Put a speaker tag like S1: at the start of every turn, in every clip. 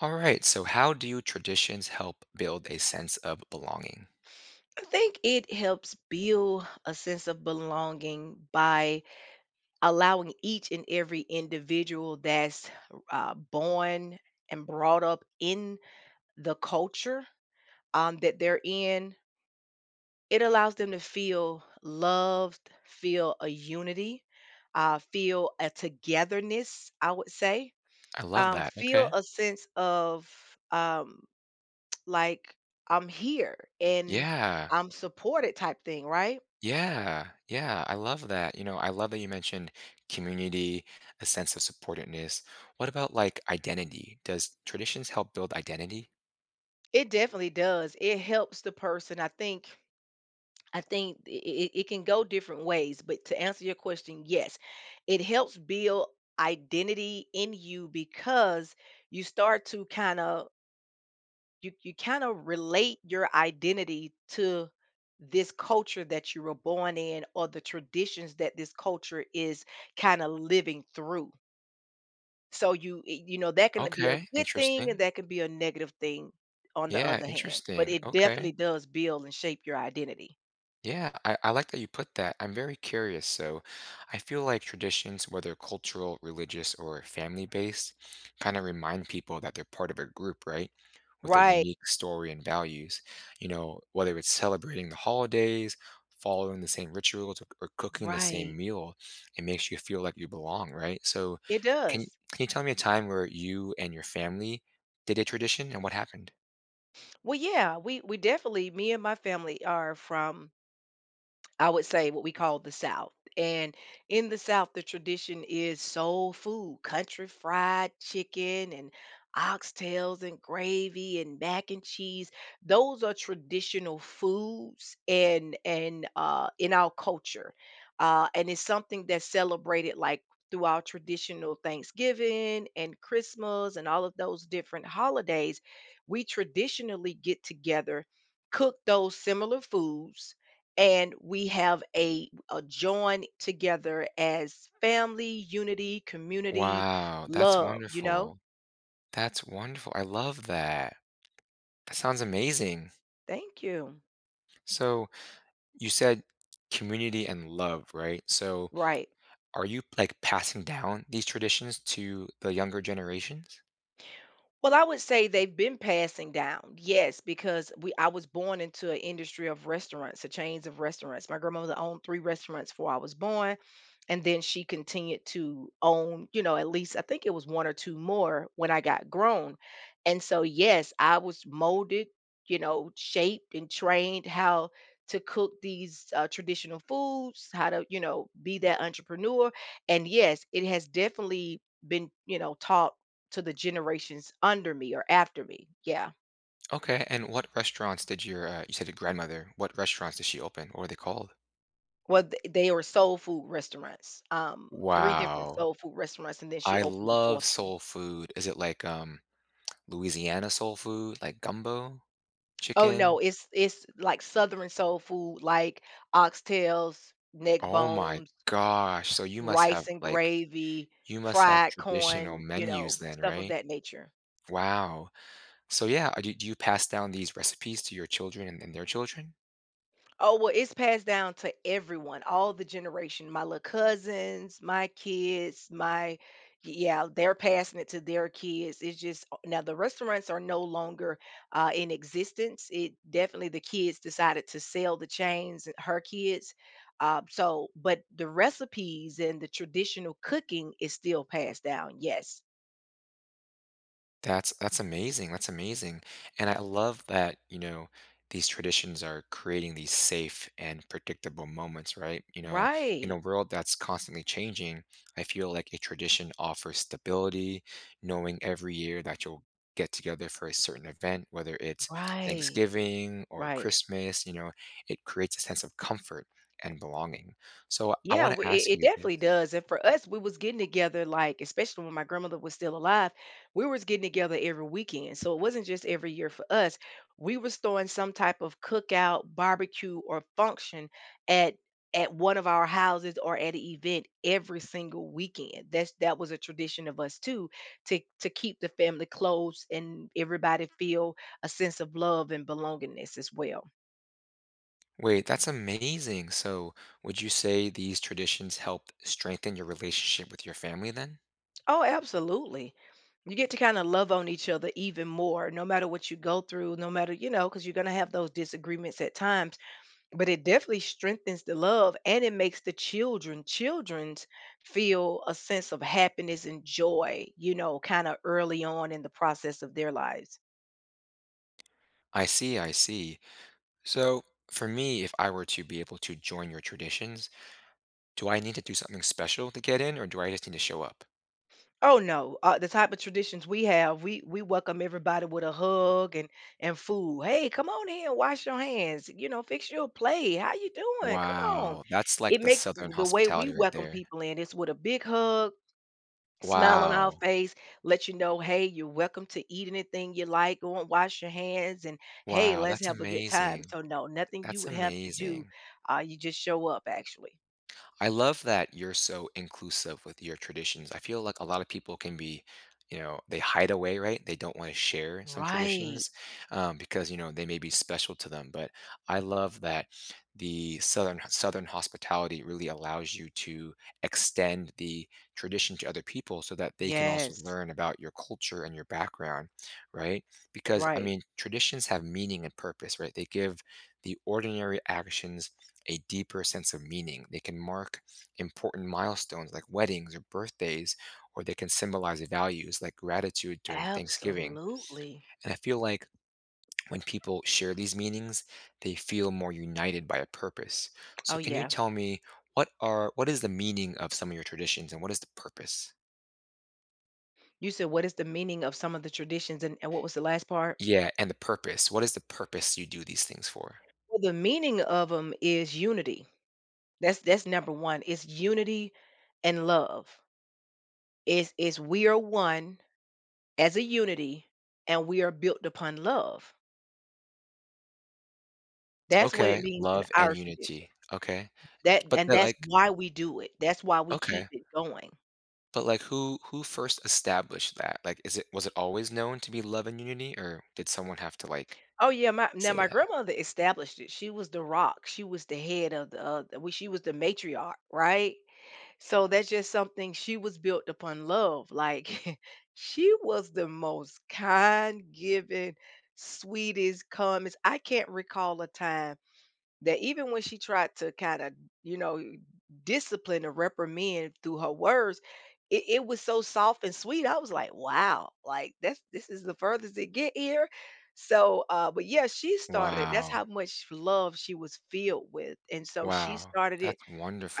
S1: All right. So, how do traditions help build a sense of belonging?
S2: I think it helps build a sense of belonging by allowing each and every individual that's born and brought up in the culture that they're in. It allows them to feel loved, feel a unity, feel a togetherness, I would say,
S1: I love
S2: um,
S1: that.
S2: feel
S1: Okay.
S2: a sense of um, like I'm here and
S1: Yeah.
S2: I'm supported type thing, right?
S1: Yeah. Yeah. I love that. I love that you mentioned community, a sense of supportedness. What about like identity? Does traditions help build identity?
S2: It definitely does. It helps the person. I think it can go different ways, but to answer your question, yes, it helps build identity in you because you start to kind of relate your identity to this culture that you were born in or the traditions that this culture is kind of living through. So you eh, you know, that can be a
S1: Okay.
S2: good thing
S1: Interesting.
S2: and that can be a negative thing on the
S1: Yeah.
S2: other hand, but
S1: Interesting.
S2: it
S1: Okay.
S2: definitely does build and shape your identity.
S1: Yeah, I like that you put that. I'm very curious. So, I feel like traditions, whether cultural, religious, or family based, kind of remind people that they're part of a group, right? With a
S2: Right,
S1: unique story and values. You know, whether it's celebrating the holidays, following the same rituals, or cooking the same
S2: right.
S1: meal, it makes you feel like you belong, right? So,
S2: It
S1: can you,
S2: does.
S1: can you tell me a time where you and your family did a tradition and what happened?
S2: Well, yeah, we definitely, me and my family are from, I would say, what we call the South. And in the South, the tradition is soul food, country fried chicken and oxtails and gravy and mac and cheese. Those are traditional foods and in our culture. And it's something that's celebrated, like through our traditional Thanksgiving and Christmas and all of those different holidays. We traditionally get together, cook those similar foods, and we have a join together as family, unity, community,
S1: Wow, that's
S2: love, you know?
S1: wonderful. That's wonderful. I love that. That sounds amazing.
S2: Thank you.
S1: So you said community and love, right? So
S2: Right.
S1: are you like passing down these traditions to the younger generations?
S2: Well, I would say they've been passing down. Yes, because we I was born into an industry of restaurants, a chains of restaurants. My grandmother owned three restaurants before I was born, and then she continued to own, you know, at least I think it was one or two more when I got grown. And so yes, I was molded, you know, shaped and trained how to cook these traditional foods, how to, you know, be that entrepreneur. And yes, it has definitely been, you know, taught to the generations under me or after me. Yeah.
S1: Okay, and what restaurants did your you said your grandmother, what restaurants did she open? What were they called?
S2: Well, they were soul food restaurants. Three different
S1: Wow.
S2: soul food restaurants, and then she
S1: I
S2: opened the
S1: love
S2: fourth one.
S1: soul food. Is it like Louisiana soul food, like gumbo,
S2: Oh
S1: chicken?
S2: no, it's like southern soul food, like oxtails, neck
S1: Oh my
S2: bones,
S1: gosh. So you must have
S2: rice and
S1: like
S2: gravy,
S1: you must have
S2: fried
S1: traditional
S2: corn, you
S1: menus
S2: know,
S1: then,
S2: stuff of
S1: right?
S2: that nature.
S1: Wow. So yeah, do you pass down these recipes to your children and their children?
S2: Oh, well, it's passed down to everyone, all the generation. My little cousins, my kids, my, yeah, they're passing it to their kids. It's just now the restaurants are no longer in existence. It definitely, the kids decided to sell the chains, her kids. So, but the recipes and the traditional cooking is still passed down. Yes,
S1: That's amazing, that's amazing, and I love that, you know, these traditions are creating these safe and predictable moments, right? You know, in a
S2: right,
S1: world that's constantly changing, I feel like a tradition offers stability, knowing every year that you'll get together for a certain event, whether it's
S2: right,
S1: Thanksgiving or
S2: right.
S1: Christmas, you know, it creates a sense of comfort and belonging. So I
S2: Yeah,
S1: want
S2: w
S1: to
S2: it
S1: ask
S2: it
S1: you this.
S2: definitely does, and for us, we was getting together, like, especially when my grandmother was still alive, we was getting together every weekend, so it wasn't just every year for us. We was throwing some type of cookout, barbecue, or function at one of our houses or at an event every single weekend. That's that was a tradition of us too, to keep the family close and everybody feel a sense of love and belongingness as well.
S1: Wait, that's amazing. So, would you say these traditions helped strengthen your relationship with your family then?
S2: Oh, absolutely. You get to kind of love on each other even more, no matter what you go through, no matter, you know, because you're going to have those disagreements at times. But it definitely strengthens the love, and it makes the children, children's feel a sense of happiness and joy, you know, kind of early on in the process of their lives.
S1: I see. So, for me, if I were to be able to join your traditions, do I need to do something special to get in, or do I just need to show up?
S2: Oh no, the type of traditions we have, we welcome everybody with a hug and food. Hey, come on in, wash your hands. You know, fix your plate. How you doing? Come on.
S1: Wow, that's like
S2: It
S1: the
S2: make,
S1: Southern
S2: the way we
S1: hospitality right
S2: welcome
S1: there.
S2: people in is with a big hug, smile on our
S1: Wow,
S2: face, let you know, hey, you're welcome to eat anything you like. Go and wash your hands, and hey,
S1: wow,
S2: let's
S1: that's
S2: have a good time.
S1: amazing.
S2: So no, nothing you
S1: That's
S2: would have to do.
S1: amazing.
S2: You just show up actually.
S1: I love that you're so inclusive with your traditions. I feel like a lot of people can be, you know, they hide away, right? They don't want to share some
S2: Right.
S1: traditions because you know they may be special to them. But I love that the southern hospitality really allows you to extend the tradition to other people so that they can also
S2: Yes.
S1: learn about your culture and your background, right? Because I
S2: Right.
S1: mean, traditions have meaning and purpose, right? They give the ordinary actions a deeper sense of meaning. They can mark important milestones like weddings or birthdays, or they can symbolize values like gratitude during Thanksgiving.
S2: Absolutely.
S1: And I feel like when people share these meanings, they feel more united by a purpose. So
S2: Oh,
S1: can you
S2: yeah.
S1: tell me what is the meaning of some of your traditions and what is the purpose?
S2: You said, what is the meaning of some of the traditions? And what was the last part?
S1: Yeah, and the purpose. What is the purpose you do these things for?
S2: Well, the meaning of them is unity. That's number one. It's unity and love. It's we are one as a unity, and we are built upon love. That's what it
S1: Okay,
S2: means in
S1: love and
S2: our tradition.
S1: unity. Okay.
S2: That,
S1: But
S2: and
S1: they're
S2: that's
S1: like
S2: why we do it. That's why we keep
S1: okay.
S2: it going.
S1: But, like, who first established that? Like, is it was it always known to be love and unity, or did someone have to, like,
S2: Oh yeah, my now
S1: say
S2: my
S1: that?
S2: grandmother established it. She was the rock. She was the head of the she was the matriarch, right? So that's just something, she was built upon love. Like she was the most kind, giving, sweetest, calmest. I can't recall a time that even when she tried to kind of, you know, discipline or reprimand through her words, it was so soft and sweet. I was like, wow, like that's this is the furthest it get here. So but yeah, she started it. That's
S1: Wow.
S2: how much love she was filled with. And so she
S1: Wow.
S2: started it
S1: That's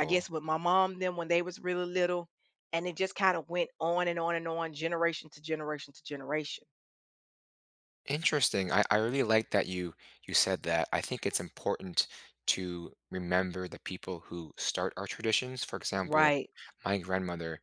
S2: I guess with my mom them when they was really little, and it just kind of went on and on and on, generation to generation to generation.
S1: Interesting. I really like that you said that. I think it's important to remember the people who start our traditions. For example,
S2: Right.
S1: my grandmother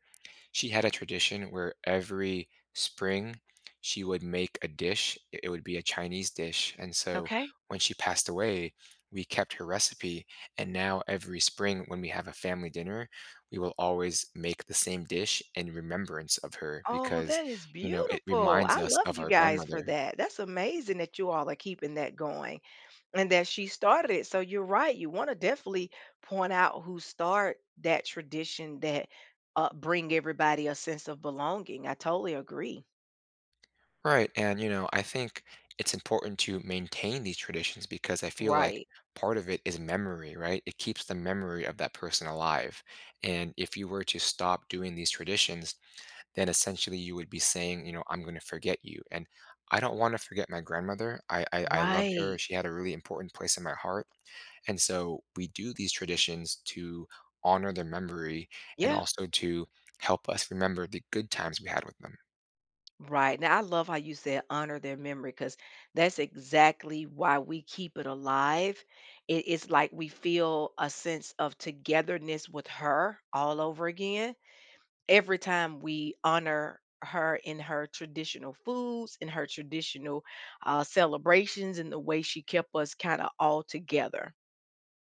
S1: She had a tradition where every spring she would make a dish. It would be a Chinese dish. And so
S2: Okay.
S1: when she passed away, we kept her recipe. And now every spring, when we have a family dinner, we will always make the same dish in remembrance of her
S2: Oh,
S1: because,
S2: that is
S1: you know, it
S2: beautiful.
S1: reminds
S2: I
S1: us
S2: love
S1: of
S2: you
S1: our
S2: guys for
S1: grandmother.
S2: that. That's amazing that you all are keeping that going and that she started it. So you're right. You want to definitely point out who start that tradition that bring everybody a sense of belonging. I totally agree.
S1: Right, and, you know, I think it's important to maintain these traditions because I feel like
S2: Right.
S1: part of it is memory, right? It keeps the memory of that person alive. And if you were to stop doing these traditions, then essentially you would be saying, you know, I'm going to forget you. And I don't want to forget my grandmother. I, I loved her.
S2: Right.
S1: She had a really important place in my heart. And so we do these traditions to honor their memory and
S2: Yeah.
S1: also to help us remember the good times we had with them.
S2: Right. Now, I love how you said honor their memory because that's exactly why we keep it alive. It, it's like we feel a sense of togetherness with her all over again. Every time we honor her in her traditional foods, in her traditional celebrations, and the way she kept us kind of all together.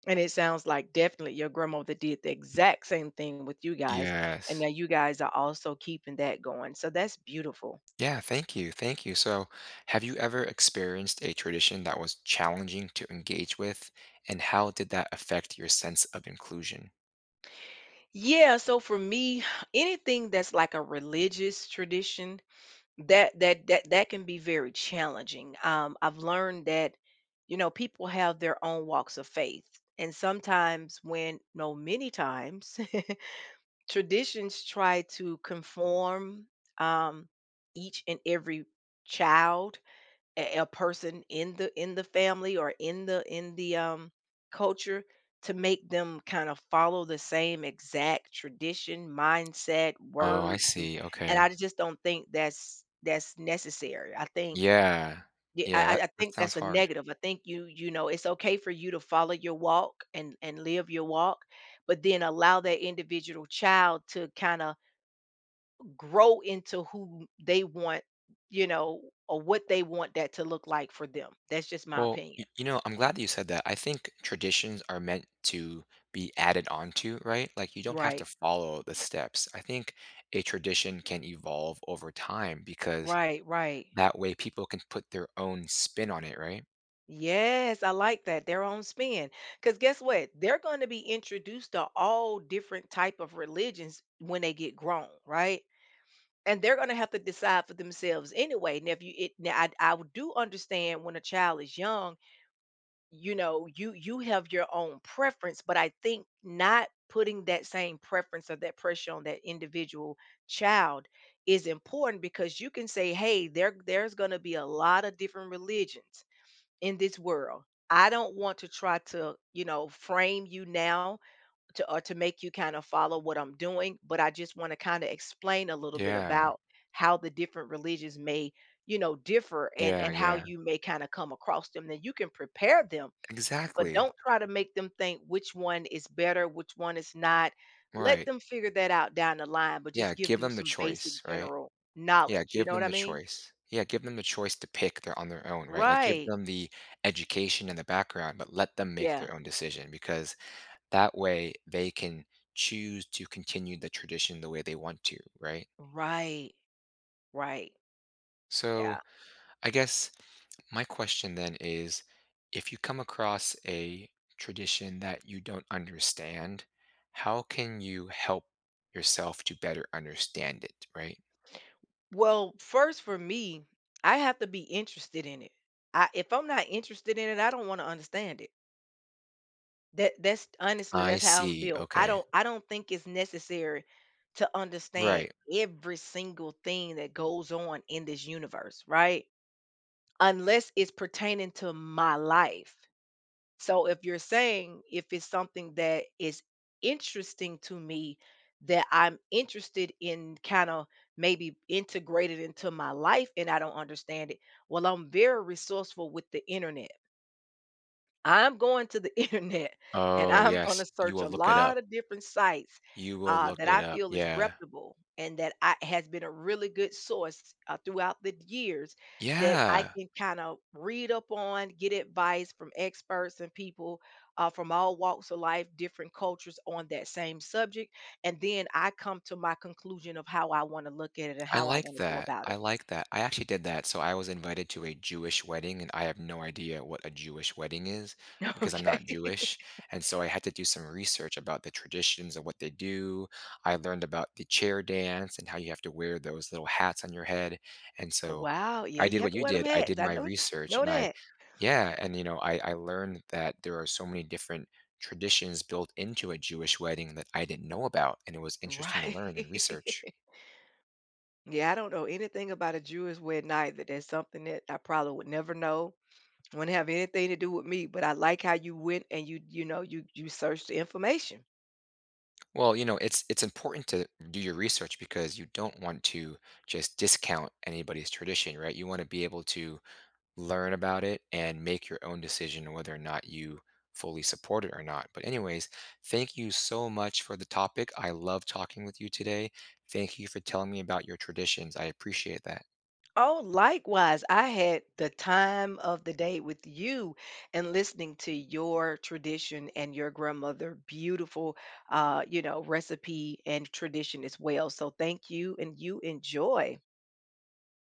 S2: And it sounds like definitely your grandmother did the exact same thing with you guys. And now
S1: Yes.
S2: you guys are also keeping that going. So that's beautiful.
S1: Yeah, thank you. Thank you. So, have you ever experienced a tradition that was challenging to engage with, and how did that affect your sense of inclusion?
S2: Yeah, so for me, anything that's like a religious tradition, that can be very challenging. I've learned that, you know, people have their own walks of faith. And sometimes when, no, many times, traditions try to conform um each and every child, a person in the family or in the culture, to make them kind of follow the same exact tradition mindset
S1: Oh, I
S2: words,
S1: see.
S2: and I
S1: Okay.
S2: just don't think that's necessary. I think
S1: Yeah.
S2: yeah,
S1: Yeah,
S2: I
S1: that
S2: think
S1: sounds
S2: that's a
S1: hard.
S2: negative. I think you, you know, it's okay for you to follow your walk and live your walk, but then allow that individual child to kind of grow into who they want, you know, or what they want that to look like for them. That's just my
S1: Well, y-
S2: opinion.
S1: you know, I'm glad that you said that. I think traditions are meant to be added onto, right? Like you don't have to
S2: Right.
S1: follow the steps. I think a tradition can evolve over time because
S2: Right, right.
S1: that way people can put their own spin on it, right?
S2: Yes, I like that. Their own spin. Cuz guess what? They're going to be introduced to all different type of religions when they get grown, right? And they're going to have to decide for themselves anyway. Now if you it now I do understand when a child is young, you know, you have your own preference, but I think not putting that same preference or that pressure on that individual child is important because you can say, hey, there's going to be a lot of different religions in this world. I don't want to try to, you know, frame you now to, or to make you kind of follow what I'm doing, but I just want to kind of explain a little bit
S1: Yeah.
S2: about how the different religions may, you know, differ
S1: Yeah,
S2: and how
S1: yeah.
S2: you may kind of come across them. Then you can prepare them, but
S1: Exactly.
S2: don't try to make them think which one is better, which one is not. Let
S1: Right.
S2: them figure that out down the line, but
S1: Yeah,
S2: just give
S1: give
S2: them
S1: them the
S2: some basic
S1: choice, right?
S2: general
S1: Yeah,
S2: knowledge. You
S1: give
S2: know what
S1: them
S2: I
S1: the
S2: mean?
S1: choice. Yeah, give them the choice to pick their on their own, right? Like give
S2: Right.
S1: them the education and the background, but let them make
S2: Yeah.
S1: their own decision because that way they can choose to continue the tradition the way they want to, right?
S2: Right. Right.
S1: So,
S2: Yeah.
S1: I guess my question then is if you come across a tradition that you don't understand, how can you help yourself to better understand it, right?
S2: Well, first for me, I have to be interested in it. I If I'm not interested in it, I don't want to understand it. That's honestly
S1: I
S2: that's how I'm
S1: see,
S2: built. I
S1: okay.
S2: don't I don't think it's necessary to understand
S1: Right.
S2: every single thing that goes on in this universe, right? Unless it's pertaining to my life. So if you're saying, if it's something that is interesting to me, that I'm interested in kind of maybe integrated into my life, and I don't understand it, well, I'm very resourceful with the internet. I'm going to the internet and
S1: Oh,
S2: I'm going
S1: yes,
S2: to
S1: you
S2: search
S1: will
S2: a
S1: look it up.
S2: lot of different sites
S1: You will look
S2: that
S1: it
S2: I
S1: up,
S2: feel is
S1: yeah.
S2: reputable and that I, has been a really good source throughout the years, that I
S1: Yeah,
S2: can kind of read up on, get advice from experts and people from all walks of life, different cultures on that same subject. And then I come to my conclusion of how I want to look at it and
S1: I
S2: how I
S1: like
S2: want to go
S1: that.
S2: about
S1: I
S2: it.
S1: like that. I actually did that. So I was invited to a Jewish wedding, and I have no idea what a Jewish wedding is because I'm
S2: Okay.
S1: not Jewish. And so I had to do some research about the traditions and what they do. I learned about the chair dance and how you have to wear those little hats on your head. And so
S2: Wow. Yeah.
S1: I did
S2: You have
S1: what
S2: to
S1: you
S2: wear them
S1: did. I did
S2: hats. I
S1: my research
S2: know
S1: and I,
S2: that.
S1: yeah. And, you know, I learned that there are so many different traditions built into a Jewish wedding that I didn't know about. And it was interesting to learn
S2: Right.
S1: and research.
S2: Yeah, I don't know anything about a Jewish wedding either. That's something that I probably would never know. Wouldn't have anything to do with me, but I like how you went and you know, you searched the information.
S1: Well, you know, it's important to do your research because you don't want to just discount anybody's tradition, right? You want to be able to learn about it and make your own decision whether or not you fully support it or not. But anyways, thank you so much for the topic. I love talking with you today. Thank you for telling me about your traditions. I appreciate that.
S2: Oh, likewise, I had the time of the day with you and listening to your tradition and your grandmother, beautiful you know, recipe and tradition as well. So thank you, and you enjoy.